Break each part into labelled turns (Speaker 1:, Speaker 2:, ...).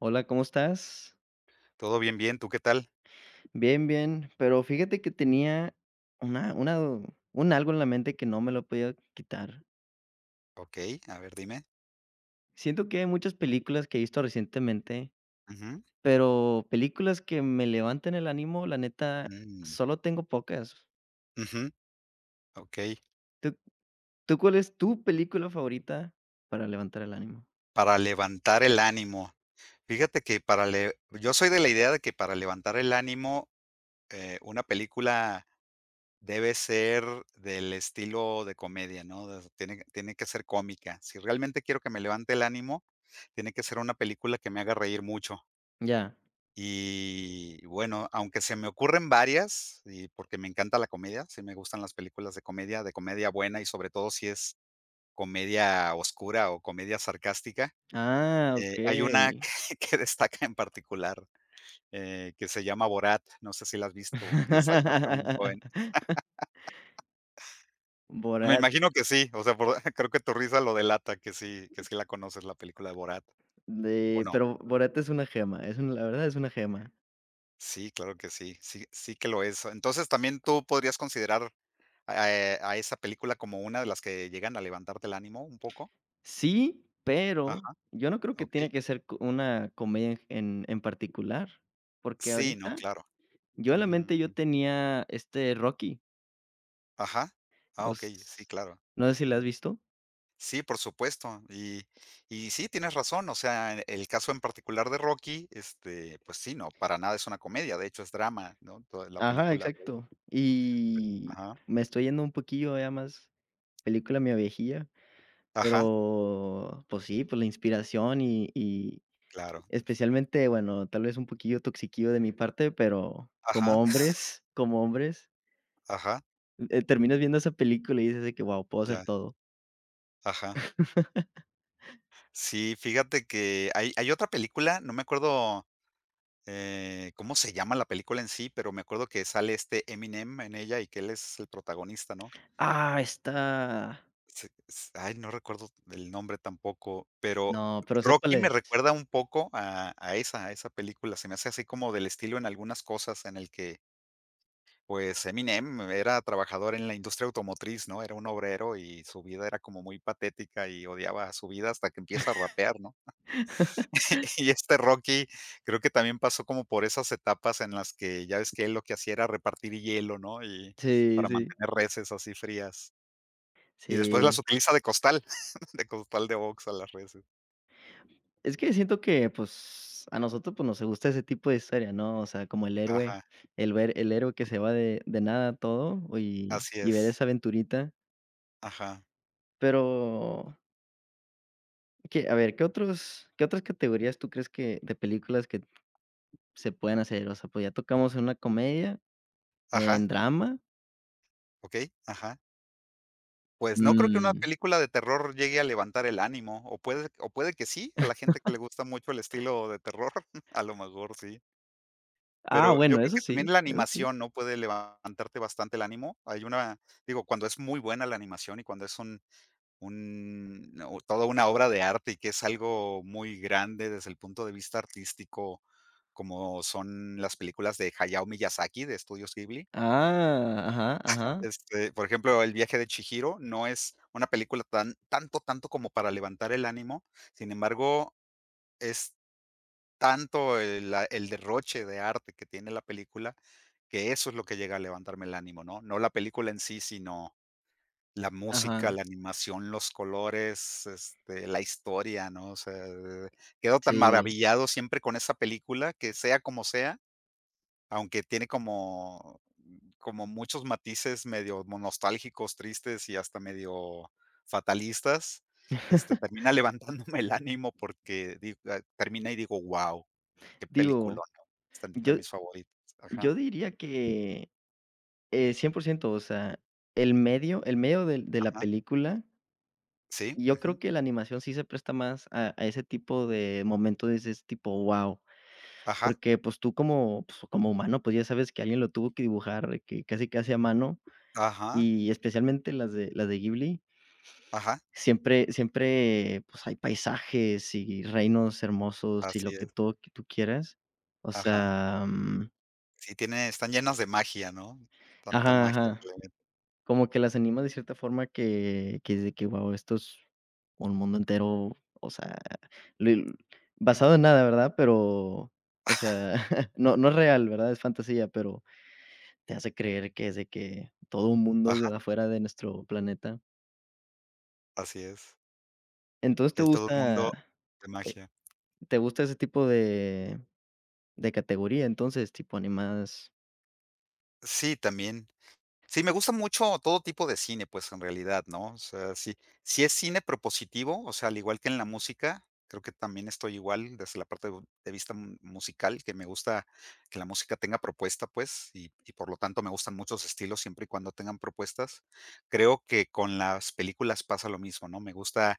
Speaker 1: Hola, ¿cómo estás?
Speaker 2: Todo bien, bien, ¿tú qué tal?
Speaker 1: Bien, bien, pero fíjate que tenía una un algo en la mente que no me lo podía quitar.
Speaker 2: Okey, a ver, dime.
Speaker 1: Siento que hay muchas películas que he visto recientemente,
Speaker 2: Ujú,
Speaker 1: pero películas que me levanten el ánimo, la neta,
Speaker 2: mm,
Speaker 1: solo tengo pocas.
Speaker 2: ujú, okey.
Speaker 1: ¿Tú tú cuál es tu película favorita para levantar el ánimo?
Speaker 2: Para levantar el ánimo. Fíjate que para le yo soy de la idea de que para levantar el ánimo, una película debe ser del estilo de comedia, ¿no? De tiene tiene que ser cómica. Si realmente quiero que me levante el ánimo, tiene que ser una película que me haga reír mucho.
Speaker 1: Ya.
Speaker 2: Y bueno, aunque se me ocurren varias, y porque me encanta la comedia, sí me gustan las películas de comedia buena y sobre todo si es comedia oscura o comedia sarcástica.
Speaker 1: Ah,
Speaker 2: Hay una
Speaker 1: okey.
Speaker 2: que destaca en particular, que se llama Borat, no sé si la has visto, de Sacha Baron Cohen. Me
Speaker 1: Borat.
Speaker 2: imagino que sí, o sea, por creo que tu risa lo delata, que sí la conoces, la película de Borat, ¿o
Speaker 1: De
Speaker 2: no?
Speaker 1: pero Borat es una gema, es una la verdad es una gema.
Speaker 2: Sí, claro que sí, sí sí que lo es. Entonces, también tú podrías considerar, a esa película como una de las que llegan a levantarte el ánimo un poco.
Speaker 1: Sí, pero
Speaker 2: Ajá,
Speaker 1: yo no creo que
Speaker 2: ¿ok?
Speaker 1: tiene que ser co una comedia en particular, porque
Speaker 2: Sí, no,
Speaker 1: ahorita
Speaker 2: claro.
Speaker 1: yo en la mente
Speaker 2: Ujú.
Speaker 1: yo tenía, Rocky,
Speaker 2: Ajá. Ah, ok, sí,
Speaker 1: os
Speaker 2: claro.
Speaker 1: no sé si la has
Speaker 2: Ujú.
Speaker 1: visto.
Speaker 2: Sí, por supuesto. Y sí, tienes razón, o sea, en el caso en particular de Rocky, este, pues sí, no, para nada es una comedia, de hecho es drama, ¿no? Toda la
Speaker 1: Ajá,
Speaker 2: película.
Speaker 1: exacto. Y
Speaker 2: Ajá.
Speaker 1: me estoy yendo un poquillo ya más película mi viejilla,
Speaker 2: Ajá,
Speaker 1: pero, pues sí, pues la inspiración y
Speaker 2: claro.
Speaker 1: especialmente, bueno, tal vez un poquillo toxiquillo de mi parte, pero
Speaker 2: Ajá,
Speaker 1: como hombres,
Speaker 2: ajá,
Speaker 1: terminas viendo esa película y dices de que: "Wow, puedo hacer
Speaker 2: ya,
Speaker 1: todo".
Speaker 2: ajá. Sí, fíjate que hay otra película, no me acuerdo, cómo se llama la película en sí, pero me acuerdo que sale este Eminem en ella y que él es el protagonista, ¿no?
Speaker 1: Ah, está.
Speaker 2: Se s ay, no recuerdo el nombre tampoco, pero
Speaker 1: No, pero sé cuál
Speaker 2: Rocky me
Speaker 1: es.
Speaker 2: recuerda un poco a esa película, se me hace así como del estilo en algunas cosas en el que, pues, Eminem era trabajador en la industria automotriz, ¿no? Era un obrero y su vida era como muy patética y odiaba su vida hasta que empieza a rapear, ¿no? Y este Rocky, creo que también pasó como por esas etapas en las que ya ves que él lo que hacía era repartir hielo, ¿no? Y
Speaker 1: Sí,
Speaker 2: para
Speaker 1: sí,
Speaker 2: mantener reses así frías. Y después las
Speaker 1: sí.
Speaker 2: utiliza de costal, de costal de box a las reses.
Speaker 1: Es que siento que, pues, a nosotros, pues, nos gusta ese tipo de historia, ¿no? O sea, como el héroe,
Speaker 2: Ajá,
Speaker 1: el ver el héroe que se va de nada a todo y
Speaker 2: así
Speaker 1: y ver
Speaker 2: es.
Speaker 1: esa aventurita.
Speaker 2: Ajá,
Speaker 1: Pero que, a ver, qué otras categorías tú crees que de películas que se pueden hacer? O sea, pues, ya tocamos en una comedia,
Speaker 2: ajá,
Speaker 1: en drama,
Speaker 2: okey, ajá. Pues no creo que una
Speaker 1: mm,
Speaker 2: película de terror llegue a levantar el ánimo, o puede que sí, a la gente que le gusta mucho el estilo de terror, a lo mejor sí.
Speaker 1: ah,
Speaker 2: Pero yo
Speaker 1: bueno,
Speaker 2: creo
Speaker 1: eso
Speaker 2: que también
Speaker 1: sí,
Speaker 2: la
Speaker 1: eso sí.
Speaker 2: animación, ¿no?, puede levantarte bastante el ánimo. Hay una, digo, cuando es muy buena la animación y cuando es un o toda una obra de arte y que es algo muy grande desde el punto de vista artístico, como son las películas de Hayao Miyazaki, de Estudios Ghibli.
Speaker 1: Ah, ajá, ajá,
Speaker 2: Este, por ejemplo, El viaje de Chihiro no es una película tanto, tanto como para levantar el ánimo. Sin embargo, es tanto el derroche de arte que tiene la película, que eso es lo que llega a levantarme el ánimo, ¿no? No la película en sí, sino la música,
Speaker 1: ajá.
Speaker 2: la animación, los colores, este, la historia, ¿no? O sea, quedo tan
Speaker 1: Sí.
Speaker 2: maravillado siempre con esa película que sea como sea, aunque tiene como muchos matices medio nostálgicos, tristes y hasta medio fatalistas, este, termina levantándome el ánimo porque termina y digo: "Guau, qué
Speaker 1: Digo,
Speaker 2: peliculón", ¿no? Está entre
Speaker 1: yo
Speaker 2: mis favoritos. Ajá,
Speaker 1: yo diría que, 100%, o sea, el medio del de la
Speaker 2: ajá,
Speaker 1: película,
Speaker 2: sí,
Speaker 1: yo
Speaker 2: ujú,
Speaker 1: creo que la animación sí se presta más a ese tipo de momentos, de ese tipo: wow,
Speaker 2: ajá,
Speaker 1: porque, pues, tú como, pues, como humano, pues, ya sabes que alguien lo tuvo que dibujar de que casi, casi a mano,
Speaker 2: ajá,
Speaker 1: y especialmente las de Ghibli,
Speaker 2: ajá,
Speaker 1: siempre siempre, pues, hay paisajes y reinos hermosos y
Speaker 2: así
Speaker 1: lo que
Speaker 2: es,
Speaker 1: todo que tú quieras. O
Speaker 2: ajá.
Speaker 1: sea, mm.
Speaker 2: Sí, tiene están llenas de magia, ¿no? Tanta
Speaker 1: Ajá,
Speaker 2: magia que
Speaker 1: ajá.
Speaker 2: le meten.
Speaker 1: Como que las anima de cierta forma que es de que, guau, esto es un mundo entero, o sea, lel
Speaker 2: Ujú,
Speaker 1: basado en nada, ¿verdad? Pero, o sea, no es real, ¿verdad? Es fantasía, pero te hace creer que es de que todo un mundo
Speaker 2: ajá,
Speaker 1: de afuera de nuestro planeta.
Speaker 2: así es.
Speaker 1: Entonces,
Speaker 2: Que hay todo un mundo de
Speaker 1: te
Speaker 2: magia.
Speaker 1: te gusta ese tipo de categoría? Entonces, tipo animadas.
Speaker 2: Sí, también. Sí, me gusta mucho todo tipo de cine, pues, en realidad, ¿no? O sea, sí, si es cine propositivo, o sea, al igual que en la música, creo que también estoy igual desde la parte de vista musical, que me gusta que la música tenga propuesta, pues, y por lo tanto me gustan muchos estilos siempre y cuando tengan propuestas. Creo que con las películas pasa lo mismo, ¿no? Me gusta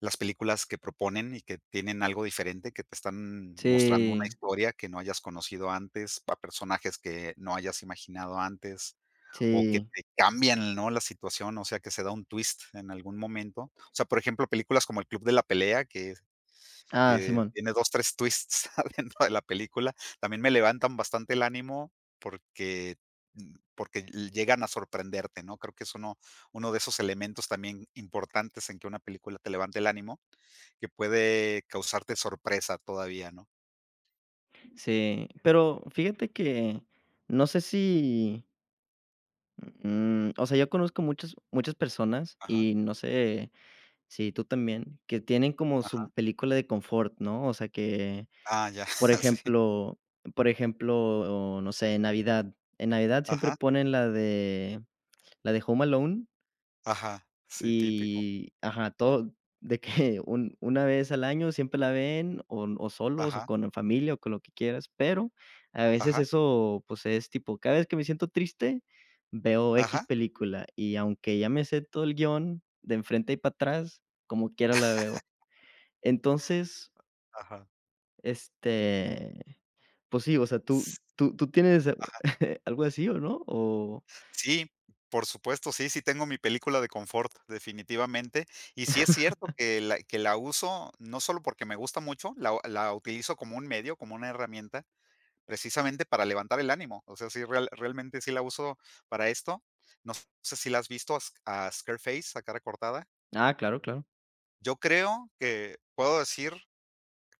Speaker 2: las películas que proponen y que tienen algo diferente, que te están mostrando una
Speaker 1: Sí,
Speaker 2: historia que no hayas conocido antes, a personajes que no hayas imaginado antes o que
Speaker 1: sí.
Speaker 2: te cambian, ¿no?, la situación, o sea, que se da un twist en algún momento. O sea, por ejemplo, películas como El Club de la Pelea, que
Speaker 1: Ah,
Speaker 2: que
Speaker 1: simón.
Speaker 2: tiene 2 3 twists dentro de la película, también me levantan bastante el ánimo porque, porque llegan a sorprenderte, ¿no? Creo que es uno de esos elementos también importantes en que una película te levante el ánimo, que puede causarte sorpresa todavía, ¿no?
Speaker 1: Sí, pero fíjate que no sé si, o sea, yo conozco muchas muchas personas
Speaker 2: Ajá,
Speaker 1: y no sé si tú también, que tienen como su
Speaker 2: ajá.
Speaker 1: película de confort, ¿no? O sea, que,
Speaker 2: Ah, ya,
Speaker 1: por
Speaker 2: sí.
Speaker 1: ejemplo por ejemplo, no sé, en Navidad. En Navidad siempre
Speaker 2: Ajá,
Speaker 1: ponen la de Home Alone.
Speaker 2: ajá. Sí, típico.
Speaker 1: Y ajá, todo de que un una vez al año siempre la ven, o solos, o
Speaker 2: Ajá,
Speaker 1: con familia, o con lo que quieras, pero a veces
Speaker 2: ajá,
Speaker 1: eso, pues, es tipo, cada vez que me siento triste, veo x
Speaker 2: ajá,
Speaker 1: película, y aunque ya me sé todo el guión de enfrente y para atrás, como quiera la veo. Entonces,
Speaker 2: ajá.
Speaker 1: este, pues sí, o sea, ¿tú
Speaker 2: S
Speaker 1: tú tú tienes
Speaker 2: ajá,
Speaker 1: algo así o no? O
Speaker 2: sí, por supuesto, sí, sí tengo mi película de confort, definitivamente. Y sí es cierto que la uso no solo porque me gusta mucho, la utilizo como un medio, como una herramienta, precisamente para levantar el ánimo. O sea, sí, realmente sí la uso para esto. No sé si la has visto a Sc a Scarface, a Cara Cortada.
Speaker 1: ah, claro, claro.
Speaker 2: Yo creo que puedo decir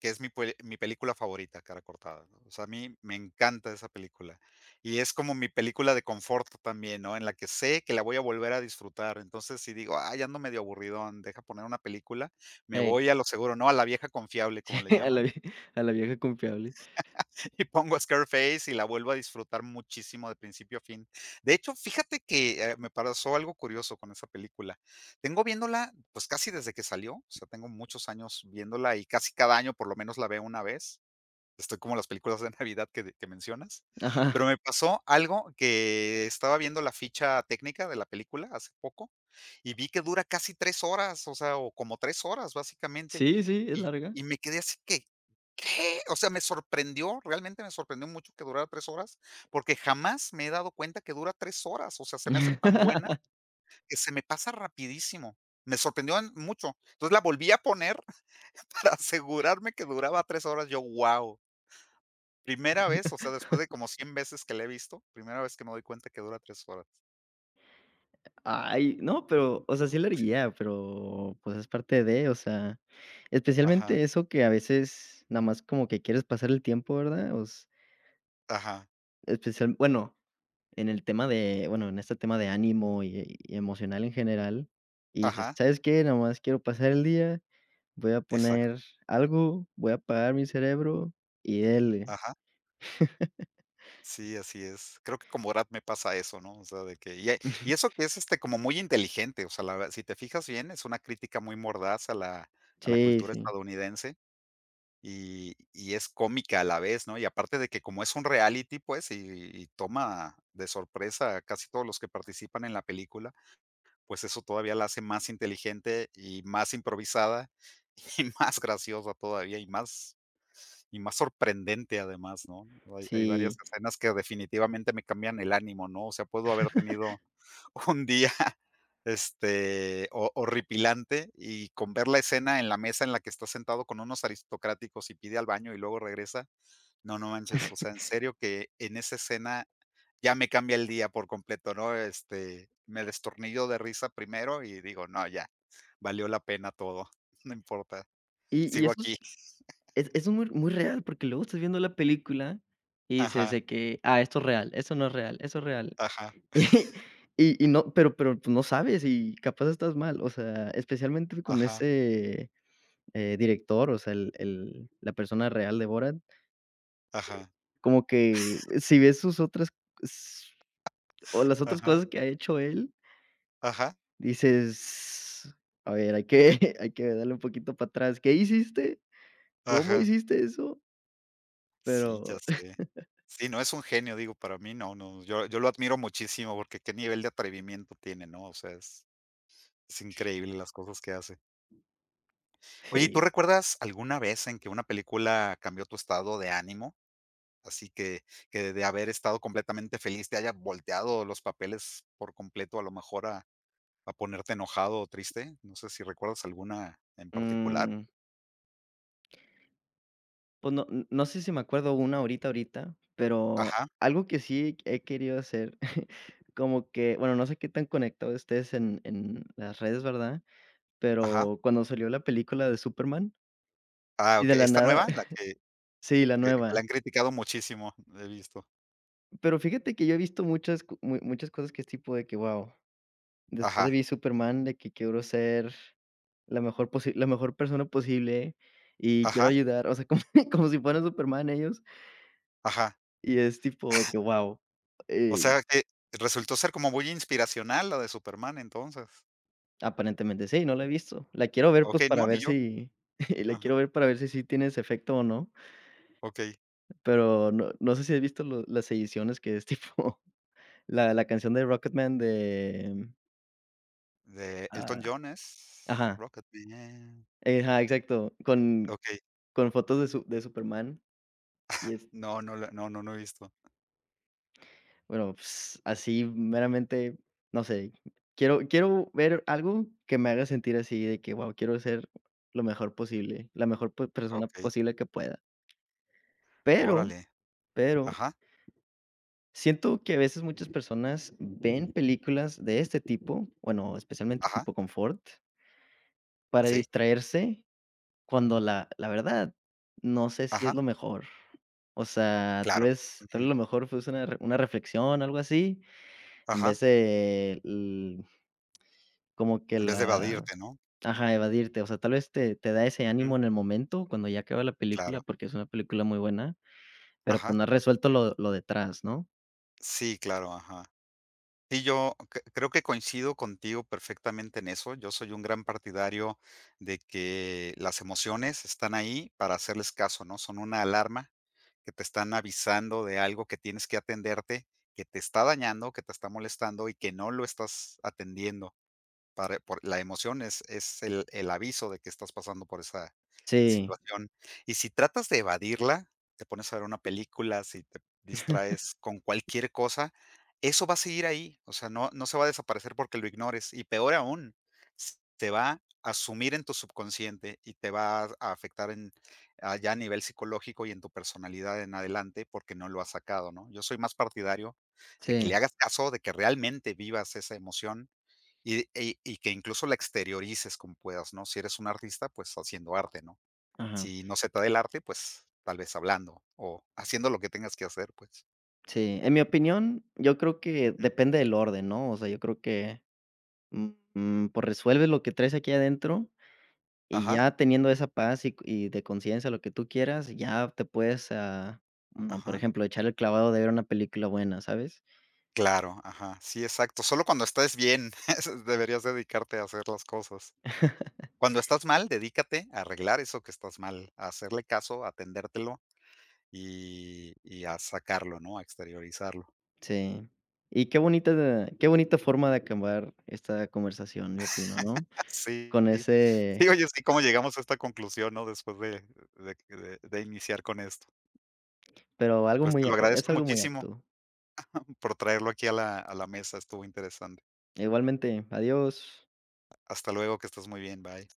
Speaker 2: que es mi película favorita, Cara Cortada, ¿no? O sea, a mí me encanta esa película. Y es como mi película de confort también, ¿no? En la que sé que la voy a volver a disfrutar. Entonces, si digo, ay, ando medio aburridón, deja poner una película, me
Speaker 1: Ey,
Speaker 2: voy a lo seguro, ¿no? A la vieja confiable, como le
Speaker 1: a la
Speaker 2: llaman,
Speaker 1: vie a la vieja confiable.
Speaker 2: y pongo Scarface y la vuelvo a disfrutar muchísimo de principio a fin. De hecho, fíjate que me pasó algo curioso con esa película. Tengo viéndola, pues casi desde que salió, o sea, tengo muchos años viéndola y casi cada año por lo menos la veo una vez. Estoy como las películas de Navidad que mencionas,
Speaker 1: Ajá.
Speaker 2: pero me pasó algo que estaba viendo la ficha técnica de la película hace poco y vi que dura casi 3 horas, o sea, o como 3 horas, básicamente,
Speaker 1: Sí, sí, es
Speaker 2: y
Speaker 1: larga.
Speaker 2: y me quedé así que, ¿qué? O sea, me sorprendió, realmente me sorprendió mucho que durara 3 horas, porque jamás me he dado cuenta que dura 3 horas, o sea, se me hace tan buena que se me pasa rapidísimo. Me sorprendió mucho. Entonces la volví a poner para asegurarme que duraba 3 horas. Yo, wow. Primera vez, o sea, después de como 100 veces que la he visto, primera vez que me doy cuenta que dura 3 horas.
Speaker 1: Ay, no, pero, o sea, sí es larguilla, pero, pues, es parte de, o sea,
Speaker 2: Ajá,
Speaker 1: especialmente eso que a veces nada más como que quieres pasar el tiempo, ¿verdad? Os
Speaker 2: ajá,
Speaker 1: especial bueno, en el tema de, bueno, en este tema de ánimo y emocional en general, y dices:
Speaker 2: ajá,
Speaker 1: "¿Sabes qué? Nada más quiero pasar el día, voy a
Speaker 2: exacto,
Speaker 1: poner algo, voy a apagar mi cerebro y dele".
Speaker 2: ajá. Sí, así es. Creo que con Borat me pasa eso, ¿no? O sea, de que y eso que es, este, como muy inteligente, o sea, la verdad, si te fijas bien, es una crítica muy mordaz a la
Speaker 1: Sí,
Speaker 2: cultura
Speaker 1: sí,
Speaker 2: estadounidense y es cómica a la vez, ¿no? Y aparte de que como es un reality, pues, y toma de sorpresa a casi todos los que participan en la película. Pues eso todavía la hace más inteligente y más improvisada y más graciosa todavía y más sorprendente además, ¿no? Hay varias
Speaker 1: sí.
Speaker 2: escenas que definitivamente me cambian el ánimo, ¿no? O sea, puedo haber tenido un día, este, ho horripilante y con ver la escena en la mesa en la que está sentado con unos aristocráticos y pide al baño y luego regresa. No, no manches, o sea, en serio que en esa escena ya me cambia el día por completo, ¿no? Este, me destornillo de risa primero y digo: "No, ya, valió la pena todo, no importa,
Speaker 1: Y
Speaker 2: sigo
Speaker 1: eso.
Speaker 2: aquí".
Speaker 1: Es muy muy real, porque luego estás viendo la película y dices
Speaker 2: Ajá,
Speaker 1: de que: "Ah, esto es real, eso no es real, eso es real".
Speaker 2: ajá,
Speaker 1: Y no, pero, pues, no sabes y capaz estás mal, o sea, especialmente con
Speaker 2: ajá,
Speaker 1: ese, director, o sea, el la persona real de Borat,
Speaker 2: ajá,
Speaker 1: como que si ves sus otras s o las otras
Speaker 2: ajá,
Speaker 1: cosas que ha hecho él,
Speaker 2: ajá,
Speaker 1: dices: "A ver, hay que hay que darle un poquito para atrás, ¿qué hiciste? ¿Cómo
Speaker 2: ajá.
Speaker 1: hiciste eso?".
Speaker 2: Sí, ya
Speaker 1: Pero
Speaker 2: sé. Sí, no, es un genio, digo, para mí no, no, yo lo admiro muchísimo porque qué nivel de atrevimiento tiene, ¿no? O sea, es increíble las cosas que hace. Oye, ¿y tú
Speaker 1: sí,
Speaker 2: recuerdas alguna vez en que una película cambió tu estado de ánimo? Así que de haber estado completamente feliz te haya volteado los papeles por completo, a lo mejor a ponerte enojado o triste. No sé si recuerdas alguna en particular.
Speaker 1: mm. Pues no no sé si me acuerdo una ahorita, ahorita, pero
Speaker 2: Ajá,
Speaker 1: algo que sí he querido hacer, como que, bueno, no sé qué tan conectado estés en las redes, ¿verdad?
Speaker 2: ajá.
Speaker 1: Pero cuando salió la película de Superman
Speaker 2: Ah,
Speaker 1: y
Speaker 2: ok,
Speaker 1: de la
Speaker 2: ¿esta
Speaker 1: nada
Speaker 2: nueva? La que
Speaker 1: sí, la
Speaker 2: que que la
Speaker 1: nueva.
Speaker 2: han criticado muchísimo, he visto.
Speaker 1: Pero fíjate que yo he visto muchas co mu muchas cosas que es tipo de que, wow. Después de
Speaker 2: Ajá,
Speaker 1: vi Superman, de que quiero ser la mejor persona posible y
Speaker 2: ajá,
Speaker 1: quiero ayudar, o sea, como como si fueran Superman ellos,
Speaker 2: ajá.
Speaker 1: y es tipo de que, wow.
Speaker 2: O sea que resultó ser como muy inspiracional la de Superman entonces.
Speaker 1: Aparentemente sí, no la he visto. La quiero ver, pues,
Speaker 2: Okey,
Speaker 1: para
Speaker 2: no, ni
Speaker 1: ver
Speaker 2: yo.
Speaker 1: si la
Speaker 2: Ajá,
Speaker 1: quiero ver para ver si sí tiene ese efecto o no,
Speaker 2: okey.
Speaker 1: pero no sé si has visto lo las ediciones que es tipo la canción de Rocketman. De
Speaker 2: De Elton
Speaker 1: ah,
Speaker 2: John es
Speaker 1: ajá,
Speaker 2: Rocketman.
Speaker 1: ajá, exacto, con
Speaker 2: Okey.
Speaker 1: fotos de su de Superman. Y es
Speaker 2: No, no la no, no, no he visto.
Speaker 1: bueno, pues, así meramente, no sé, quiero ver algo que me haga sentir así de que, wow, quiero ser lo mejor posible, la mejor pe persona
Speaker 2: Okey.
Speaker 1: posible que pueda, pero
Speaker 2: Órale.
Speaker 1: pero
Speaker 2: Ajá,
Speaker 1: Siento que a veces muchas personas ven películas de este tipo, bueno, especialmente
Speaker 2: ajá,
Speaker 1: tipo confort, para
Speaker 2: sí,
Speaker 1: distraerse cuando la verdad, no sé si
Speaker 2: ajá,
Speaker 1: es lo mejor. O sea,
Speaker 2: claro.
Speaker 1: tal
Speaker 2: Ujú,
Speaker 1: vez lo mejor fue una reflexión, algo así, en vez
Speaker 2: ajá,
Speaker 1: de l como que
Speaker 2: en vez de
Speaker 1: la
Speaker 2: evadirte, ¿no?
Speaker 1: ajá, evadirte. O sea, tal vez te da ese
Speaker 2: Ujú,
Speaker 1: ánimo en el momento cuando ya acaba la
Speaker 2: claro,
Speaker 1: película, porque es una película muy buena, pero,
Speaker 2: ajá,
Speaker 1: pues, no has resuelto lo detrás, ¿no?
Speaker 2: sí, claro, ajá. Sí, yo creo que coincido contigo perfectamente en eso. Yo soy un gran partidario de que las emociones están ahí para hacerles caso, ¿no? Son una alarma que te están avisando de algo que tienes que atenderte, que te está dañando, que te está molestando y que no lo estás atendiendo. Para por la emoción es el aviso de que estás pasando por esa
Speaker 1: Sí,
Speaker 2: situación. Y si tratas de evadirla, te pones a ver una película, si te distraes con cualquier cosa, eso va a seguir ahí, o sea, no se va a desaparecer porque lo ignores, y peor aún, s te va a sumir en tu subconsciente y te va a afectar ya a nivel psicológico y en tu personalidad en adelante, porque no lo has sacado, ¿no? Yo soy más partidario de que le
Speaker 1: sí,
Speaker 2: hagas caso, de que realmente vivas esa emoción y que incluso la exteriorices como puedas, ¿no? Si eres un artista, pues haciendo arte, ¿no?
Speaker 1: ajá.
Speaker 2: Si no se te da el arte, pues tal vez hablando o haciendo lo que tengas que hacer, pues.
Speaker 1: Sí, en mi opinión, yo creo que
Speaker 2: Ujú.
Speaker 1: depende del orden, ¿no? O sea, yo creo que, mm, pues resuelves lo que traes aquí adentro y
Speaker 2: Ajá,
Speaker 1: ya teniendo esa paz y de conciencia, lo que tú quieras, ya te puedes, ah, por
Speaker 2: ajá.
Speaker 1: ejemplo, echar el clavado de ver una película buena, ¿sabes?
Speaker 2: Claro, ajá. Sí, exacto. Solo cuando estés bien, deberías dedicarte a hacer las cosas. Cuando estás mal, dedícate a arreglar eso que estás mal, a hacerle caso, a atendértelo y a sacarlo, ¿no? A exteriorizarlo.
Speaker 1: Sí. Y qué bonita forma de acabar esta conversación, yo opino, ¿no?
Speaker 2: Sí.
Speaker 1: Con
Speaker 2: Sí,
Speaker 1: ese
Speaker 2: oye, sí, cómo llegamos a esta conclusión, ¿no? Después de iniciar con esto.
Speaker 1: pero algo
Speaker 2: Pues, te
Speaker 1: muy a
Speaker 2: lo
Speaker 1: es
Speaker 2: agradezco
Speaker 1: algo muy
Speaker 2: muchísimo
Speaker 1: apto.
Speaker 2: por traerlo aquí a la mesa, estuvo interesante.
Speaker 1: Igualmente, adiós.
Speaker 2: Hasta luego, que estés muy bien, bye.